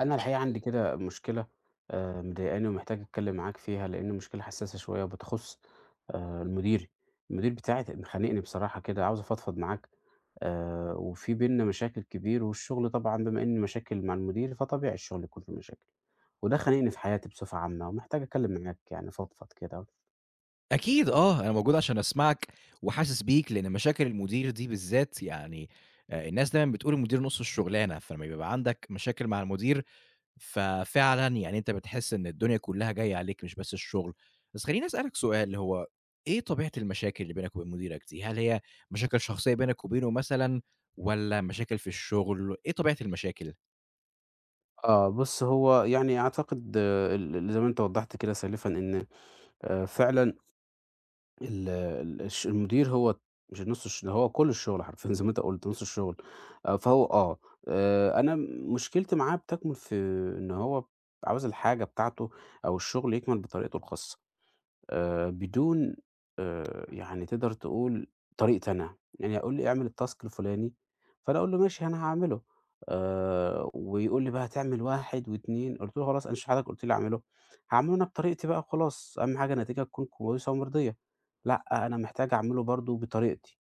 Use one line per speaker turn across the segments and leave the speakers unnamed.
أنا الحقيقة عندي كده مشكلة مضايقاني ومحتاج أتكلم معاك فيها، لأن مشكلة حساسة شوية وبتخص مديري، المدير بتاعي مخانقني بصراحة كده، عاوز أفضفض معاك وفي بيننا مشاكل كبير، والشغل طبعًا بما إن مشاكل مع المدير فطبيعي الشغل يكون فيه مشاكل، وده خانقني في حياتي بصفة عامة، ومحتاج أتكلم معاك يعني أفضفض كده.
أكيد آه، أنا موجود عشان أسمعك وحاسس بيك، لإن مشاكل المدير دي بالذات يعني الناس دايمًا بتقول المدير نُص الشغلانة، فلمّا بيبقى عندك مشاكل مع المدير، ففعلًا يعني أنت بتحس إن الدنيا كلها جاية عليك مش بس الشغل. بس خلّيني أسألك سؤال، اللي هو إيه طبيعة المشاكل اللي بينك وبين مديرك دي؟ هل هي مشاكل شخصية بينك وبينه مثلًا والّا مشاكل في الشغل؟ إيه طبيعة المشاكل؟
آه، بُص هو يعني أعتقد آه، ال ال زي ما أنت وضحت كده سالفًا إن فعلًا ال ال الش المدير هو مش نُص ده هو كل الشغل حرفيًا زي ما أنت قُلت نُص الشغل، فهو آه، أنا مشكلتي معاه بتكمُن في إن هو عاوز الحاجة بتاعته أو الشغل يكمل بطريقته الخاصة. بدون يعني تقدر تقول طريقتي أنا، يعني يقول لي اعمل الtask الفلاني، فأنا أقول له ماشي أنا هاعمله، ويقول لي بقى هتعمل 1، و2، قُلت له خلاص أنا مش حضرتك قُلت لي أعمله، هاعمله أنا بطريقتي بقى وخلاص، أهم حاجة النتيجة تكون كويسة ومرضية، لأ أنا محتاج أعمله برضه بطريقتي،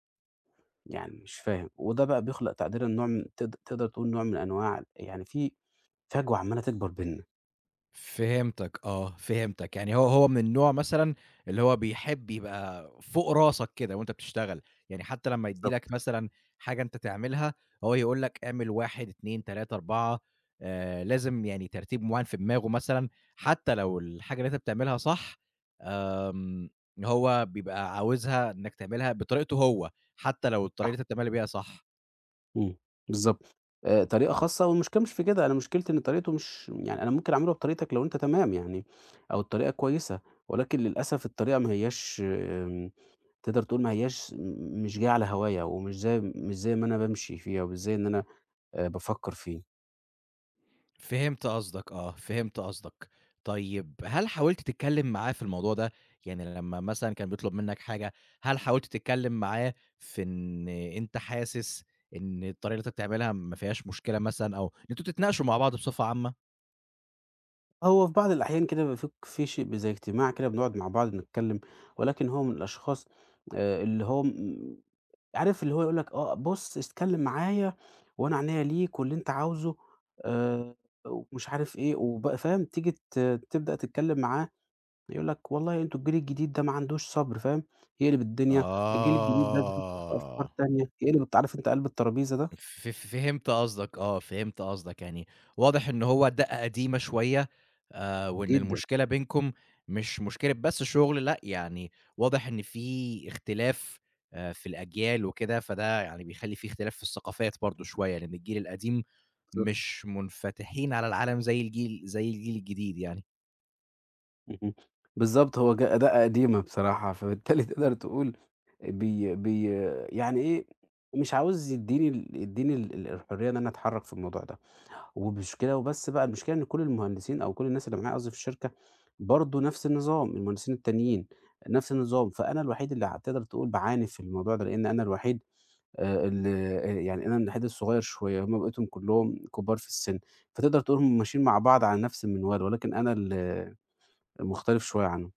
يعني مش فاهم، وده بقى بيخلق تقديرًا نوع من تقدر تقول نوع من أنواع يعني في فجوة عمّالة تكبر بيننا.
فهمتك آه، فهمتك، يعني هو من النوع مثلًا اللي هو بيحب يبقى فوق راسك كده وأنت بتشتغل، يعني حتى لمّا يدّي
بالضبط.
لك مثلًا حاجة أنت تعملها، هو يقول لك اعمل 1، 2، 3، 4 لازم يعني ترتيب معيّن في دماغه مثلًا، حتى لو الحاجة اللي أنت بتعملها صح، آمم، هو بيبقى عاوزها إنك تعملها بطريقته هو، حتى لو الطريقة اللي أنت بتعملها بيها صح.
إمم، بالضبط. طريقة خاصة والمشكلة مش في كده، أنا مشكلتي إن طريقته مش يعني أنا ممكن أعمله بطريقتك لو أنت تمام يعني أو الطريقة كويسة، ولكن للأسف الطريقة ما هياش آمم، تقدر تقول ما هياش مش جاية على هوايا ومش زي مش زي ما أنا بامشي فيها ومش زي إن أنا بافكّر فيه.
فهمت قصدك آه، فهمت قصدك. طيب هل حاولت تتكلّم معاه في الموضوع ده؟ يعني لمّا مثلًا كان بيطلب منّك حاجة، هل حاولت تتكلّم معاه في إن أنت حاسس إن الطريقة اللي أنت بتعملها ما فيهاش مشكلة مثلًا أو إن أنتم تتناقشوا مع بعض بصفة عامة؟
هو في بعض الأحيان كده بيبقى في شيء زي اجتماع كده بنقعد مع بعض نتكلم، ولكن هو من الأشخاص اللي هو عارف اللي هو يقول لك آه بُص اتكلم معايا وأنا عينيا ليك واللي أنت عاوزه آآ ومش عارف إيه، فاهم تيجي تبدأ تتكلم معاه يقول لك والله أنتم الجيل الجديد ده ما عندوش صبر فاهم، يقلب الدنيا، الجيل الجديد ده بيفكر في أفكار
آه.
تانية، يقلب أنت عارف أنت قلب الترابيزة ده؟
فهمت قصدك آه، فهمت قصدك، يعني واضح إن هو دقة قديمة شوية وإن
جدًا.
المشكلة بينكم مش مشكلة بس شغل لأ، يعني واضح إن في اختلاف في الأجيال وكده، فده يعني بيخلّي في اختلاف في الثقافات برضه شوية، لإن الجيل القديم مش منفتحين على العالم زي الجيل الجديد يعني.
اهم. بالضبط، هو أداة قديمة بصراحة، فبالتالي تقدر تقول بي بي يعني إيه، مش عاوز يدّيني ال ال الحرية إن أنا أتحرّك في الموضوع ده، والمشكلة وبس بقى المشكلة إن كل المهندسين أو كل الناس اللي معايا قصدي في الشركة، برضه نفس النظام، المهندسين التانيين نفس النظام، فأنا الوحيد اللي ع تقدر تقول باعاني في الموضوع ده، لإن أنا الوحيد ال يعني أنا الوحيد الصغير شوية، هُم بقيتهم كلّهم كبار في السِن، فتقدر تقول هُم ماشيين مع بعض على نفس المنوال، ولكن أنا المختلف شوية عنهم.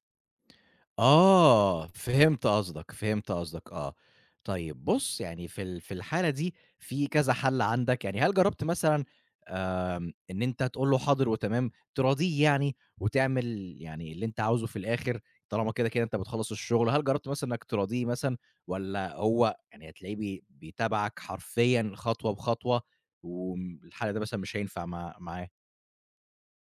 آه، فهمت قصدك، فهمت قصدك آه. طيب بُص، يعني في الحالة دي في كذا حل عندك، يعني هل جرّبت مثلًا إن أنت تقول له حاضر وتمام، تراضيه يعني وتعمل يعني اللي أنت عاوزه في الآخر، طالما كده أنت بتخلّص الشغل، هل جرّبت مثلًا إنك تراضيه مثلًا والّا هو يعني هتلاقيه بيتابعك حرفيًا خطوة بخطوة الحل ده مثلًا مش هينفع معاه؟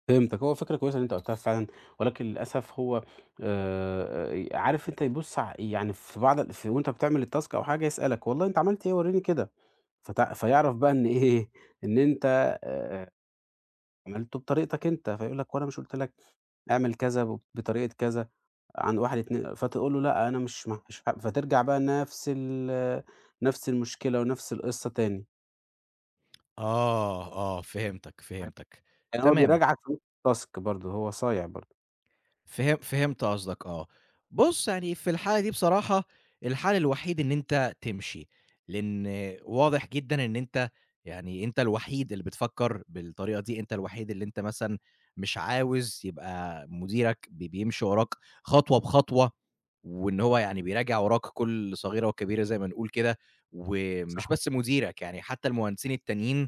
فهمتك، هو فكرة كويسة اللي أنت قُلتها فعلًا، ولكن للأسف هو عارف أنت يبُص ع يعني في بعض ال في وأنت بتعمل الtask أو حاجة يسألك والله أنت عملت إيه ورّيني كده، فيعرف بقى إن إيه، إن أنت آآ، عملته بطريقتك أنت، فيقول لك هو أنا مش قُلت لك اعمل كذا بطريقة كذا عن 1، 2 فتقول له لأ أنا مش مش ح فترجع بقى نفس المشكلة ونفس القصة تاني،
آه، آه، فهمتك، فهمتك.
يعني هو
تمام.
بيراجعك في نُص الtask برضه، هو صايع برضه،
فهمت قصدك آه. بُص، يعني في الحالة دي بصراحة الحل الوحيد إن أنت تمشي، لإن واضح جدًا إن أنت يعني أنت الوحيد اللي بتفكّر بالطريقة دي، أنت الوحيد اللي أنت مثلًا مش عاوز يبقى مديرك بيمشي وراك خطوة بخطوة، وإن هو يعني بيراجع وراك كل صغيرة وكبيرة زي ما نقول كده، ومش
صح،
بس مديرك يعني حتى المهندسين التانيين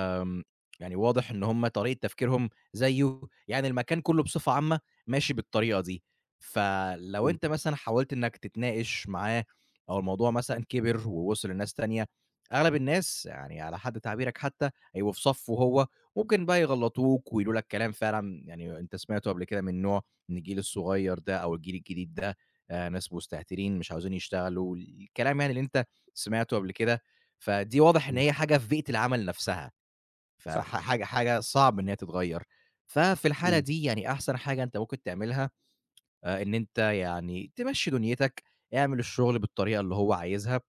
آمم، يعني واضح إن هُم طريقة تفكيرهم زيه، يعني المكان كله بصفة عامة ماشي بالطريقة دي. فلو
إمم،
أنت مثلًا حاولت إنك تتناقش معاه أو الموضوع مثلًا كبر ووصل لناس تانية، أغلب الناس يعني على حد تعبيرك حتى هيبقوا في صفه هو، ممكن بقى يغلطوك ويقولوا لك كلام فعلًا يعني أنت سمعته قبل كده من نوع إن الجيل الصغير ده أو الجيل الجديد ده ناس مستهترين مش عاوزين يشتغلوا، الكلام يعني اللي أنت سمعته قبل كده، فدي واضح إن
إمم،
هي حاجة في بيئة العمل نفسها.
صح،
فح حاجة حاجة صعب إن هي تتغيّر. ففي الحالة
إمم،
دي يعني أحسن حاجة أنت ممكن تعملها، إن أنت يعني تمشّي دنيتك، اعمل الشغل بالطريقة اللي هو عايزها.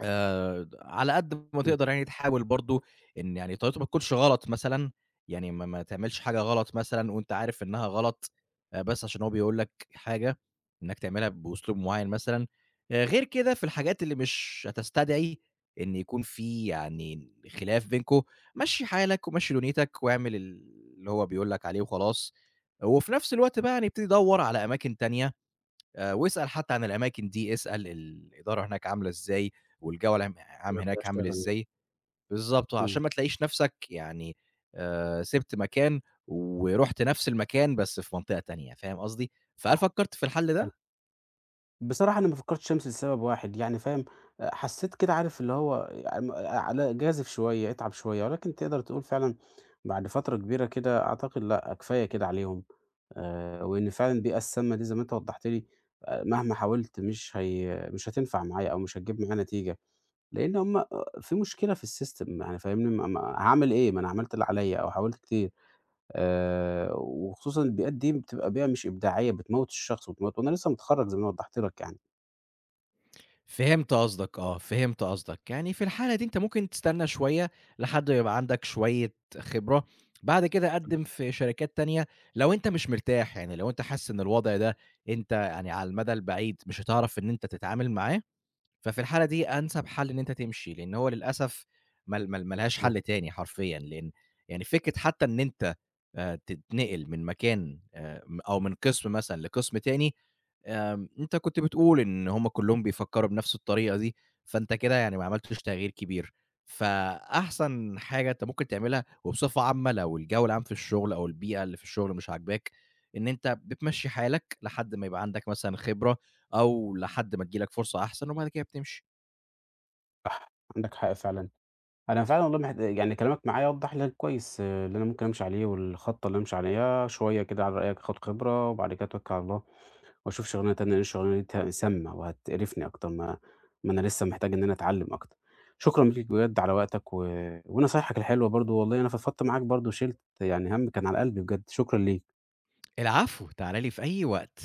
على قد ما
إمم.
تقدر يعني تحاول برضه إن يعني طريقته ما تكونش غلط مثلًا، يعني ما تعملش حاجة غلط مثلًا وأنت عارف إنها غلط، بس عشان هو بيقول لك حاجة إنّك تعملها بأسلوب معيّن مثلًا. غير كده في الحاجات اللي مش هتستدعي إن يكون في يعني خلاف بينكم، مشّي حالك ومشّي دنيتك واعمل اللي هو بيقول لك عليه وخلاص. وفي نفس الوقت بقى يعني ابتدي دَوّر على أماكن تانية واسأل حتى عن الأماكن دي، اسأل الإدارة هناك عاملة إزاي، والجو العام هناك عامل
باشتغل يعني،
إزاي، بالضبط،
إمم،
عشان ما تلاقيش نفْسك يعني سِبت مكان ورُحت نفْس المكان بس في منطقة تانية، فاهم قصدي؟ فهل
صح
فكّرت في الحل ده؟
فعلًا. بصراحة أنا ما فكّرتش أمشي لسبب واحد يعني فاهم، حسّيت كده عارف اللي هو على جازف شوية، اتعب شوية، ولكن تقدر تقول فعلًا بعد فترة كبيرة كده أعتقد لأ، كفاية كده عليهم، وإن فعلًا البيئة السامة دي زي ما أنت وضّحت لي مهما حاولت مش هتنفع معايا أو مش هتجيب معايا نتيجة، لإن هم في مشكلة في السيستم يعني فاهمني، ما هاعمل إيه؟ ما أنا عملت اللي عليّا أو حاولت كتير. وخصوصًا البيئات دي بتبقى بيئة مش إبداعية، بتموّت الشخص وبتموّت وأنا لسه متخرّج زي ما وضّحت لك يعني.
فهمت قصدك آه، فهمت قصدك، يعني في الحالة دي أنت ممكن تستنى شوية لحد ما يبقى عندك شوية خبرة، بعد كده قدّم في شركات تانية لو أنت مش مرتاح، يعني لو أنت حاسس إن الوضع ده أنت يعني على المدى البعيد مش هتعرف إن أنت تتعامل معاه ففي الحالة دي أنسب حل إن أنت تمشي، لإن هو للأسف مال مال ما لهاش
آه،
حل تاني حرفيًا، لإن يعني فكرة حتى إن أنت تتنقل من مكان م أو من قسم مثلًا لقسم تاني، أنت كنت بتقول إن هم كلّهم بيفكّروا بنفس الطريقة دي، فأنت كده يعني ما عملتش تغيير كبير. فأحسن حاجة أنت ممكن تعملها وبصفة عامة لو الجو العام في الشغل أو البيئة اللي في الشغل مش عاجباك، إن أنت بتمشّي حالك لحد ما يبقى عندك مثلًا خبرة أو لحد ما تيجي لك فرصة أحسن وبعد كده بتمشي.
صح، عندك حق فعلًا. أنا فعلًا والله يعني كلامك معايا وضّح لي كويس آه، اللي أنا ممكن أمشي عليه والخطة اللي أمشي عليها، شوية كده على رأيك آخُد خبرة وبعد كده أتوكّل على الله وأشوف شغلانة تانية، لإن الشغلانة دي سامّة وهتقرفني أكتر ما أنا لسه محتاج إن أنا أتعلّم أكتر. شكرًا ليك بجد على وقتك و ونصايحك الحلوة برضه، والله أنا فضفضت معاك برضه وشِلت يعني هَم كان على قلبي بجد، شكرًا ليك.
العفو، تعالَ لي في أي وقت.